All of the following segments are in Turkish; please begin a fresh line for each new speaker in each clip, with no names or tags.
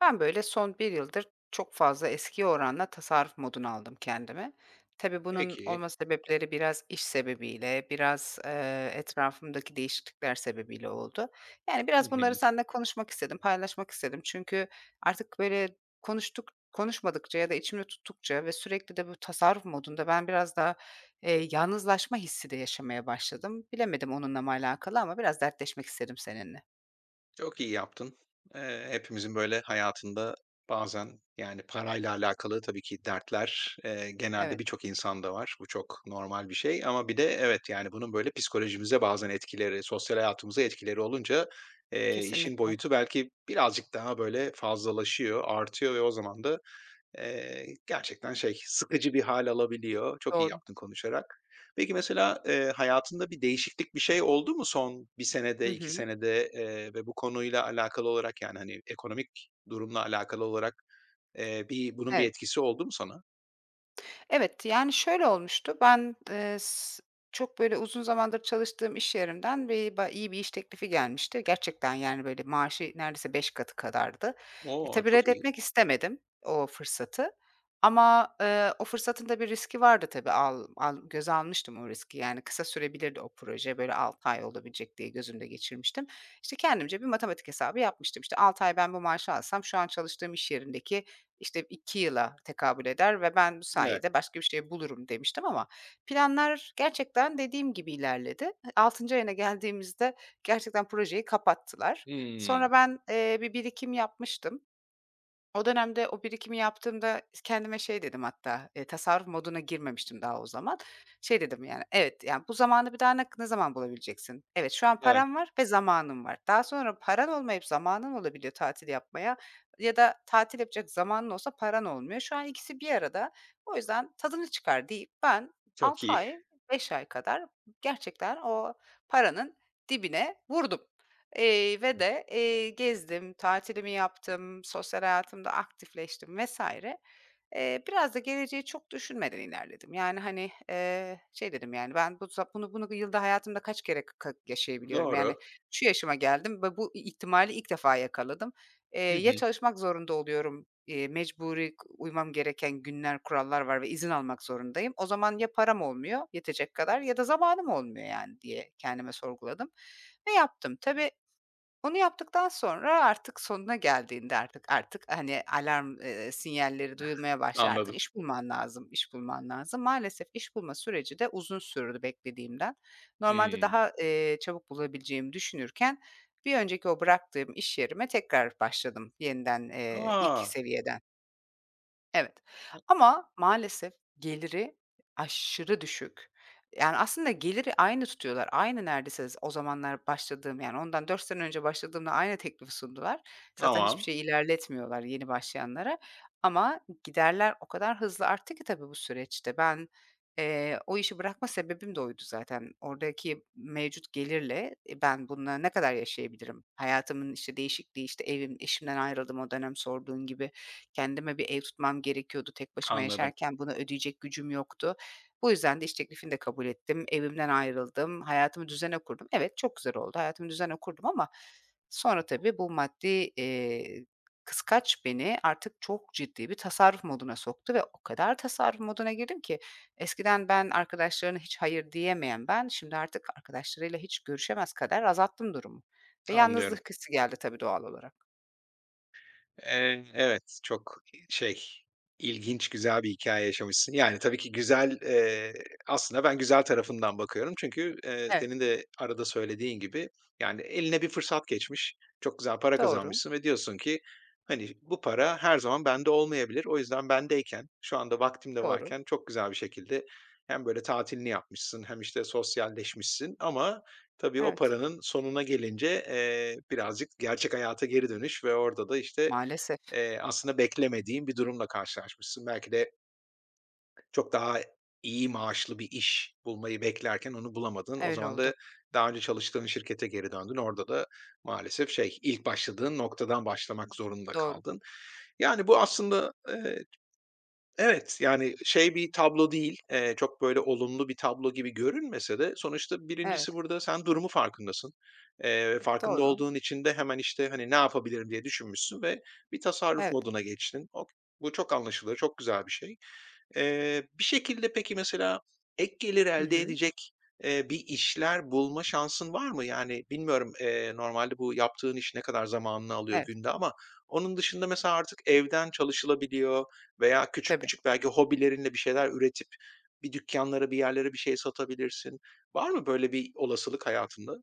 Ben böyle son bir yıldır çok fazla eskiye oranla tasarruf moduna aldım kendimi. Tabii bunun
Peki.
olma sebepleri biraz iş sebebiyle, biraz, etrafımdaki değişiklikler sebebiyle oldu. Yani,
Hı
biraz bunları
hı.
seninle konuşmak istedim, paylaşmak istedim. Çünkü artık böyle konuştuk konuşmadıkça ya da içimde tuttukça ve sürekli de bu tasarruf modunda ben biraz daha, yalnızlaşma hissi de yaşamaya başladım. Bilemedim onunla mı alakalı ama biraz dertleşmek istedim seninle.
Çok iyi yaptın. Hepimizin böyle hayatında bazen, yani, parayla alakalı tabii ki dertler, genelde
Evet,
birçok insanda var. Bu çok normal bir şey ama bir de evet, yani, bunun böyle psikolojimize bazen etkileri, sosyal hayatımıza etkileri olunca, işin
kesinlikle.
boyutu belki birazcık daha böyle fazlalaşıyor, artıyor ve o zaman da gerçekten sıkıcı bir hâl alabiliyor. Çok iyi
Doğru.
yaptın konuşarak. Peki mesela, hayatında bir değişiklik, bir şey oldu mu son bir
Hı
senede, 2
hı.
senede, ve bu konuyla alakalı olarak, yani, hani, ekonomik durumla alakalı olarak, bir bunun bir
Evet.
etkisi oldu mu sana?
Evet, yani, şöyle olmuştu. Ben, s çok, böyle, uzun zamandır çalıştığım iş yerimden bir ba iyi bir iş teklifi gelmişti. Gerçekten, yani, böyle, maaşı neredeyse 5 katı kadardı. E,
O!
tabii
Çok iyi.
reddetmek istemedim o fırsatı ama, o fırsatın da bir riski vardı tabii. Al al göze almıştım o riski. Yani, kısa sürebilirdi o proje, böyle, 6 ay olabilecek diye gözümde geçirmiştim. İşte, kendimce bir matematik hesabı yapmıştım. İşte, 6 ay ben bu maaşı alsam şu an çalıştığım iş yerindeki işte 2 yıla tekabül eder ve ben bu
Evet.
sayede başka bir şey bulurum demiştim ama planlar gerçekten dediğim gibi ilerledi. 6. ayına geldiğimizde gerçekten projeyi kapattılar.
Hımm.
Sonra ben, bir birikim yapmıştım. O dönemde o birikimi yaptığımda kendime şey dedim hatta, tasarruf moduna girmemiştim daha o zaman. Şey dedim yani, "Evet, yani, bu zamanı bir daha ne zaman bulabileceksin? Evet, şu an
Evet,
param var ve zamanım var. Daha sonra paran olmayıp zamanın olabiliyor tatil yapmaya ya da tatil yapacak zamanın olsa paran olmuyor. Şu an ikisi bir arada. O yüzden tadını çıkar." deyip ben
çok
6
iyi.
ay, 5 ay kadar gerçekten o paranın dibine vurdum. Ve de, gezdim, tatilimi yaptım, sosyal hayatımda aktifleştim vs. Biraz da geleceği çok düşünmeden ilerledim. Yani, hani, şey dedim, yani, ben bu za bunu bunu yılda hayatımda kaç kere yaşayabiliyorum? Yani,
Doğru.
şu yaşıma geldim ve bu ihtimali ilk defa yakaladım.
Hı
Ya
hı.
çalışmak zorunda oluyorum, mecburi uymam gereken günler, kurallar var ve izin almak zorundayım. O zaman ya param olmuyor yetecek kadar ya da zamanım olmuyor, yani, diye kendime sorguladım ve yaptım. Tabii onu yaptıktan sonra artık sonuna geldiğinde artık, hani, alarm, sinyalleri duyulmaya başlar. Artık
Anladım.
iş bulman lazım, iş bulman lazım. Maalesef iş bulma süreci de uzun sürdü beklediğimden. Normalde
Hımm.
daha, çabuk bulabileceğimi düşünürken bir önceki o bıraktığım iş yerime tekrar başladım yeniden, ilk
A!
seviyeden. Evet ama maalesef geliri aşırı düşük. Yani, aslında geliri aynı tutuyorlar. Aynı neredeyse o zamanlar başladığım, yani, ondan 4 sene önce başladığımda aynı teklifi sundular. Zaten hiçbir
Tamam.
şey ilerletmiyorlar yeni başlayanlara ama giderler o kadar hızlı arttı ki tabii bu süreçte. Ben, o işi bırakma sebebim de oydu zaten. Oradaki mevcut gelirle, ben bununla ne kadar yaşayabilirim? Hayatımın, işte, değişikliği, işte, evim, eşimden ayrıldım o dönem sorduğun gibi. Kendime bir ev tutmam gerekiyordu. Tek başıma
Anladım,
yaşarken bunu ödeyecek gücüm yoktu. Bu yüzden de iş teklifini de kabul ettim. Evimden ayrıldım. Hayatımı düzene kurdum. Evet, çok güzel oldu. Hayatımı düzene kurdum ama sonra tabii bu maddi, kıskaç beni artık çok ciddi bir tasarruf moduna soktu ve o kadar tasarruf moduna girdim ki eskiden ben arkadaşlarına hiç hayır diyemeyen ben, şimdi artık arkadaşlarıyla hiç görüşemez kadar azalttım durumu ve
anlıyorum.
yalnızlık hissi geldi tabii doğal olarak.
Evet, çok şey, ilginç, güzel bir hikâye yaşamışsın. Yani, tabii ki güzel, aslında ben güzel tarafından bakıyorum. Çünkü,
Evet.
senin de arada söylediğin gibi, yani, eline bir fırsat geçmiş, çok güzel para
Doğru,
kazanmışsın ve diyorsun ki, hani, bu para her zaman bende olmayabilir. O yüzden bendeyken, şu anda vaktim de
doğru.
varken çok güzel bir şekilde hem böyle tatilini yapmışsın hem, işte, sosyalleşmişsin ama tabii o
Evet.
paranın sonuna gelince, birazcık gerçek hayata geri dönüş ve orada da, işte,
Maalesef
Aslında beklemediğin bir durumla karşılaşmışsın. Belki de çok daha iyi maaşlı bir iş bulmayı beklerken onu bulamadın. O
öyle
zaman
oldu.
da daha önce çalıştığın şirkete geri döndün. Orada da maalesef ilk başladığın noktadan başlamak zorunda
Doğru.
kaldın. Yani bu aslında, evet, yani, bir tablo değil, çok böyle olumlu bir tablo gibi görünmese de sonuçta
Evet,
birincisi burada sen durumu farkındasın. Farkında
doğru.
olduğun için de hemen, işte, hani, ne yapabilirim diye düşünmüşsün ve bir tasarruf
Evet.
moduna geçtin. Ok, bu çok anlaşılır, çok güzel bir şey. Bir şekilde peki mesela ek gelir
Hı
elde
hı.
edecek, bir işler bulma şansın var mı? Yani bilmiyorum, normalde bu yaptığın iş ne kadar zamanını alıyor
Evet,
günde ama onun dışında mesela artık evden çalışılabiliyor veya küçük
tabii.
küçük belki hobilerinle bir şeyler üretip bir dükkanlara bir yerlere bir şey satabilirsin. Var mı böyle bir olasılık hayatında?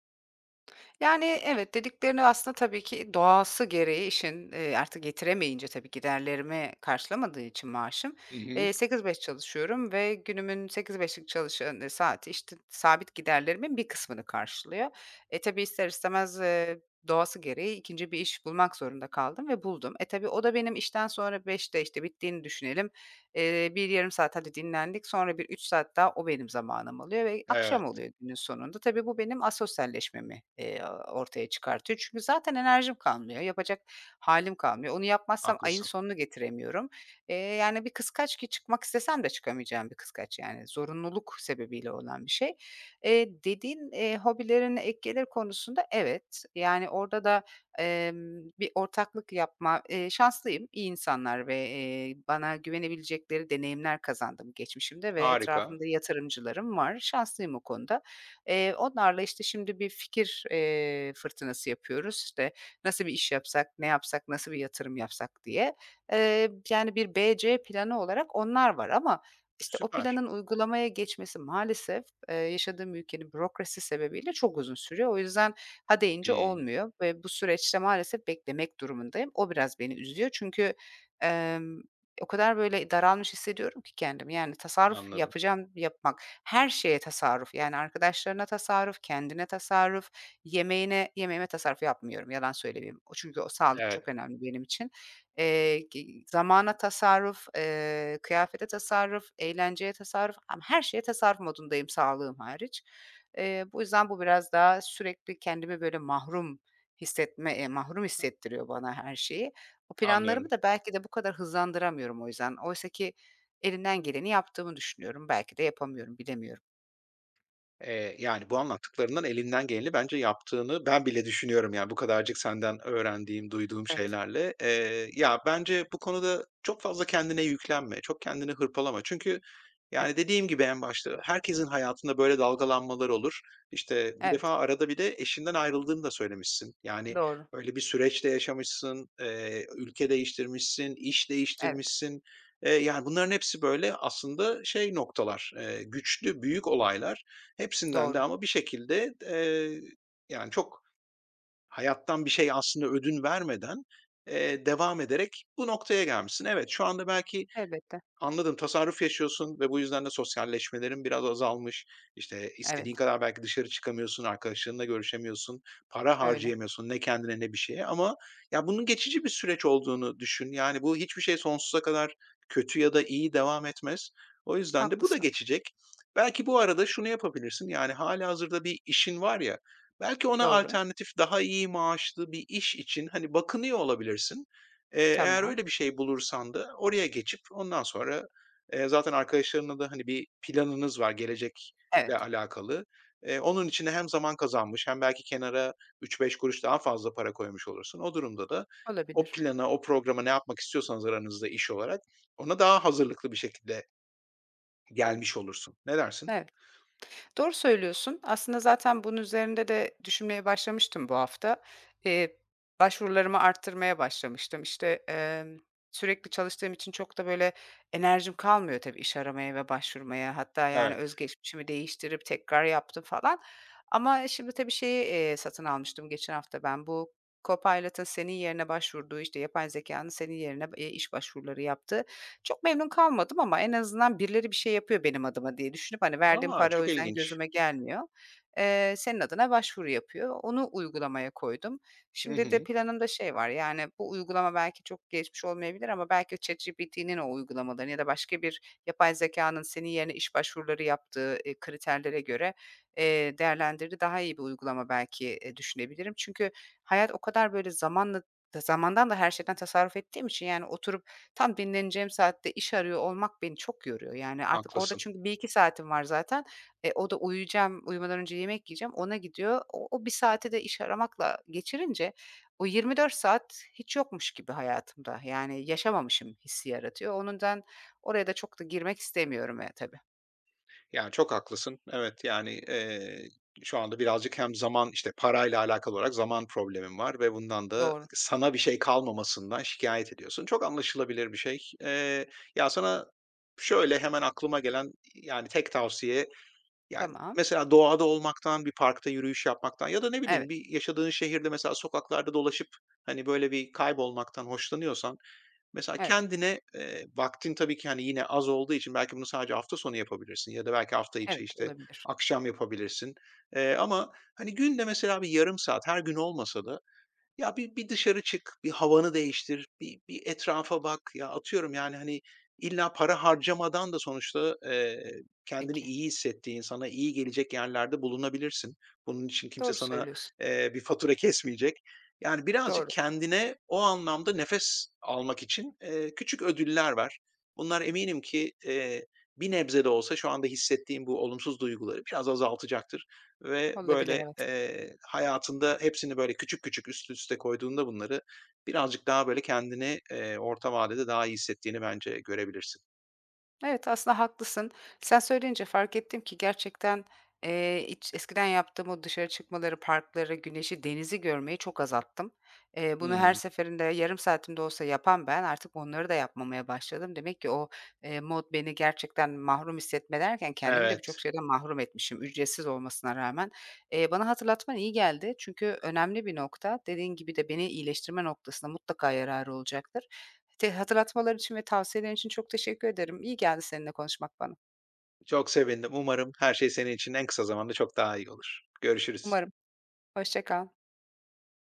Yani, evet, dediklerini aslında tabii ki doğası gereği işin, artık getiremeyince tabii giderlerimi karşılamadığı için maaşım,
Hı hı.
8-5 çalışıyorum ve günümün 8-5'lik çalışan saati, işte, sabit giderlerimin bir kısmını karşılıyor. E, tabii ister istemez, doğası gereği ikinci bir iş bulmak zorunda kaldım ve buldum. E, tabii o da benim işten sonra 17.00'de, işte, bittiğini düşünelim. 1 yarım saat hadi dinlendik, sonra bir 3 saat daha o benim zamanım oluyor ve akşam
Evet,
oluyor günün sonunda. Tabii bu benim asosyalleşmemi, ortaya çıkartıyor. Çünkü zaten enerjim kalmıyor, yapacak halim kalmıyor. Onu yapmazsam ayın
haklısın.
sonunu getiremiyorum. Yani bir kıskaç ki çıkmak istesem de çıkamayacağım bir kıskaç yani zorunluluk sebebiyle olan bir şey. Dediğin, hobilerine ek gelir konusunda evet, yani orada da bir ortaklık yapma şanslıyım, iyi insanlar ve, bana güvenebilecekleri deneyimler kazandım geçmişimde ve
Harika,
etrafımda yatırımcılarım var. Şanslıyım o konuda. Onlarla, işte, şimdi bir fikir, fırtınası yapıyoruz. İşte, nasıl bir iş yapsak, ne yapsak, nasıl bir yatırım yapsak diye. Yani, bir B, C planı olarak onlar var ama, işte, o
süper.
planın uygulamaya geçmesi maalesef, yaşadığım ülkenin bürokrasi sebebiyle çok uzun sürüyor. O yüzden ha deyince
Hımm,
olmuyor ve bu süreçte maalesef beklemek durumundayım. O biraz beni üzüyor çünkü, emm, o kadar böyle daralmış hissediyorum ki kendimi. Yani tasarruf
anladım.
yapacağım, yapmak, her şeye tasarruf, yani arkadaşlarına tasarruf, kendine tasarruf, yemeğine yemeğime tasarruf yapmıyorum, yalan söylemeyeyim. O çünkü o sağlık çok
Evet,
önemli benim için. Gi zamana tasarruf, kıyafete tasarruf, eğlenceye tasarruf, ama her şeye tasarruf modundayım sağlığım hariç. Bu yüzden bu biraz daha sürekli kendimi böyle mahrum hissettiriyor bana her şeyi. O planlarımı
anlıyorum.
da belki de bu kadar hızlandıramıyorum o yüzden. Oysa ki elimden geleni yaptığımı düşünüyorum. Belki de yapamıyorum, bilemiyorum.
Yani, bu anlattıklarından elinden geleni bence yaptığını ben bile düşünüyorum, yani, bu kadarcık senden öğrendiğim, duyduğum
Evet,
şeylerle. Ya, bence bu konuda çok fazla kendine yüklenme, çok kendini hırpalama. Çünkü,
evet,
yani, dediğim gibi en başta herkesin hayatında böyle dalgalanmalar olur. İşte, bir
evet.
defa arada bir de eşinden ayrıldığını da söylemişsin. Yani,
Doğru.
öyle bir süreçte yaşamışsın, ülke değiştirmişsin, iş
Evet,
değiştirmişsin. Yani, bunların hepsi böyle aslında noktalar, güçlü, büyük olaylar. Hepsinden de
doğru.
ama bir şekilde, yani, çok hayattan bir şey aslında ödün vermeden, devam ederek bu noktaya gelmişsin. Evet, şu anda belki
Elbette.
anladım, tasarruf yaşıyorsun ve bu yüzden de sosyalleşmelerin biraz azalmış. İşte,
Evet,
istediğin kadar belki dışarı çıkamıyorsun, arkadaşlarınla görüşemiyorsun, para
öyle.
harcayamıyorsun ne kendine ne bir şeye ama ya, bunun geçici bir süreç olduğunu düşün. Yani, bu hiçbir şey sonsuza kadar kötü ya da iyi devam etmez. O yüzden de bu da
Haklısın.
geçecek. Belki bu arada şunu yapabilirsin, yani, hâlihazırda bir işin var ya, belki ona
Doğru.
alternatif daha iyi maaşlı bir iş için, hani, bakınıyor olabilirsin. Eğer
Tamam.
öyle bir şey bulursan da oraya geçip ondan sonra, zaten arkadaşlarınla da, hani, bir planınız var gelecekle
Evet,
alakalı. Onun içine hem zaman kazanmış hem belki kenara 3-5 kuruş daha fazla para koymuş olursun. O durumda da o
olabilir.
plana, o programa ne yapmak istiyorsanız aranızda iş olarak ona daha hazırlıklı bir şekilde gelmiş olursun. Ne dersin?
Evet. Doğru söylüyorsun. Aslında zaten bunun üzerinde de düşünmeye başlamıştım bu hafta. Eee, başvurularımı arttırmaya başlamıştım. İşte, sürekli çalıştığım için çok da böyle enerjim kalmıyor tabii iş aramaya ve başvurmaya. Hatta yani
Evet.
özgeçmişimi değiştirip tekrar yaptım falan. Ama şimdi tabii şeyi, satın almıştım geçen hafta ben. Bu Copilot'ın senin yerine başvurduğu, işte, yapay zekanın senin yerine, iş başvuruları yaptığı çok memnun kalmadım ama en azından birileri bir şey yapıyor benim adıma diye düşünüp, hani, verdiğim
A!
para o
Çok
yüzden
ilginç.
gözüme gelmiyor. Senin adına başvuru yapıyor. Onu uygulamaya koydum.
Hı
Şimdi de
hı.
planımda şey var, yani, bu uygulama belki çok gelişmiş olmayabilir ama belki ChatGPT'nin o uygulamalarını ya da başka bir yapay zekânın senin yerine iş başvuruları yaptığı, kriterlere göre, değerlendirdiği daha iyi bir uygulama belki, düşünebilirim. Çünkü hayat o kadar böyle zamanla da zamandan da her şeyden tasarruf ettiğim için, yani, oturup tam dinleneceğim saatte iş arıyor olmak beni çok yoruyor. Yani, artık orada
Haklısın.
çünkü bir iki saatim var zaten. E, o da uyuyacağım, uyumadan önce yemek yiyeceğim, ona gidiyor. O 1 saati de iş aramakla geçirince o 24 saat hiç yokmuş gibi hayatımda. Yani yaşamamışım hissi yaratıyor. O yüzden oraya da çok da girmek istemiyorum, ya tabii.
Ya, çok haklısın. Evet, yani, şu anda birazcık hem zaman, işte, parayla alakalı olarak zaman problemim var ve bundan da
Doğru.
sana bir şey kalmamasından şikayet ediyorsun. Çok anlaşılabilir bir şey. Ya, sana şöyle hemen aklıma gelen, yani, tek tavsiye, yani,
Tamam.
mesela doğada olmaktan, bir parkta yürüyüş yapmaktan ya da ne bileyim
Evet,
bir yaşadığın şehirde mesela sokaklarda dolaşıp, hani, böyle, bir kaybolmaktan hoşlanıyorsan mesela
evet,
kendine, vaktin tabii ki, hani, yine az olduğu için belki bunu sadece hafta sonu yapabilirsin ya da belki hafta içi,
evet,
işte,
olabilir.
akşam yapabilirsin. Ama, hani, günde mesela bir yarım saat, her gün olmasa da, ya, bir dışarı çık, bir havanı değiştir, bir etrafa bak. Ya, atıyorum, yani, hani, illa para harcamadan da sonuçta, kendini
Peki.
iyi hissettiğin, sana iyi gelecek yerlerde bulunabilirsin. Bunun için kimse
Doğru
sana,
söylüyorsun.
bir fatura kesmeyecek. Yani, birazcık
Doğru.
kendine o anlamda nefes almak için, küçük ödüller ver. Bunlar eminim ki, bir nebze de olsa şu anda hissettiğin bu olumsuz duyguları biraz azaltacaktır. Ve
Olabilir,
böyle,
evet.
hayatında hepsini böyle küçük küçük üst üste koyduğunda bunları birazcık daha böyle kendini, orta vadede daha iyi hissettiğini bence görebilirsin.
Evet, aslında haklısın. Sen söyleyince fark ettim ki gerçekten, iç eskiden yaptığım o dışarı çıkmaları, parkları, güneşi, denizi görmeyi çok azalttım. Bunu her
Hımm.
seferinde yarım saatim olsa yapan ben artık onları da yapmamaya başladım. Demek ki o, mod beni gerçekten mahrum hissetme derken kendimi de birçok
Evet,
şeyden mahrum etmişim ücretsiz olmasına rağmen. Bana hatırlatman iyi geldi çünkü önemli bir nokta. Dediğin gibi de beni iyileştirme noktasında mutlaka yararı olacaktır. Hatırlatmalar için ve tavsiyeler için çok teşekkür ederim. İyi geldi seninle konuşmak bana.
çok sevindim. Umarım her şey senin için en kısa zamanda çok daha iyi olur. Görüşürüz.
Umarım. Hoşça kal.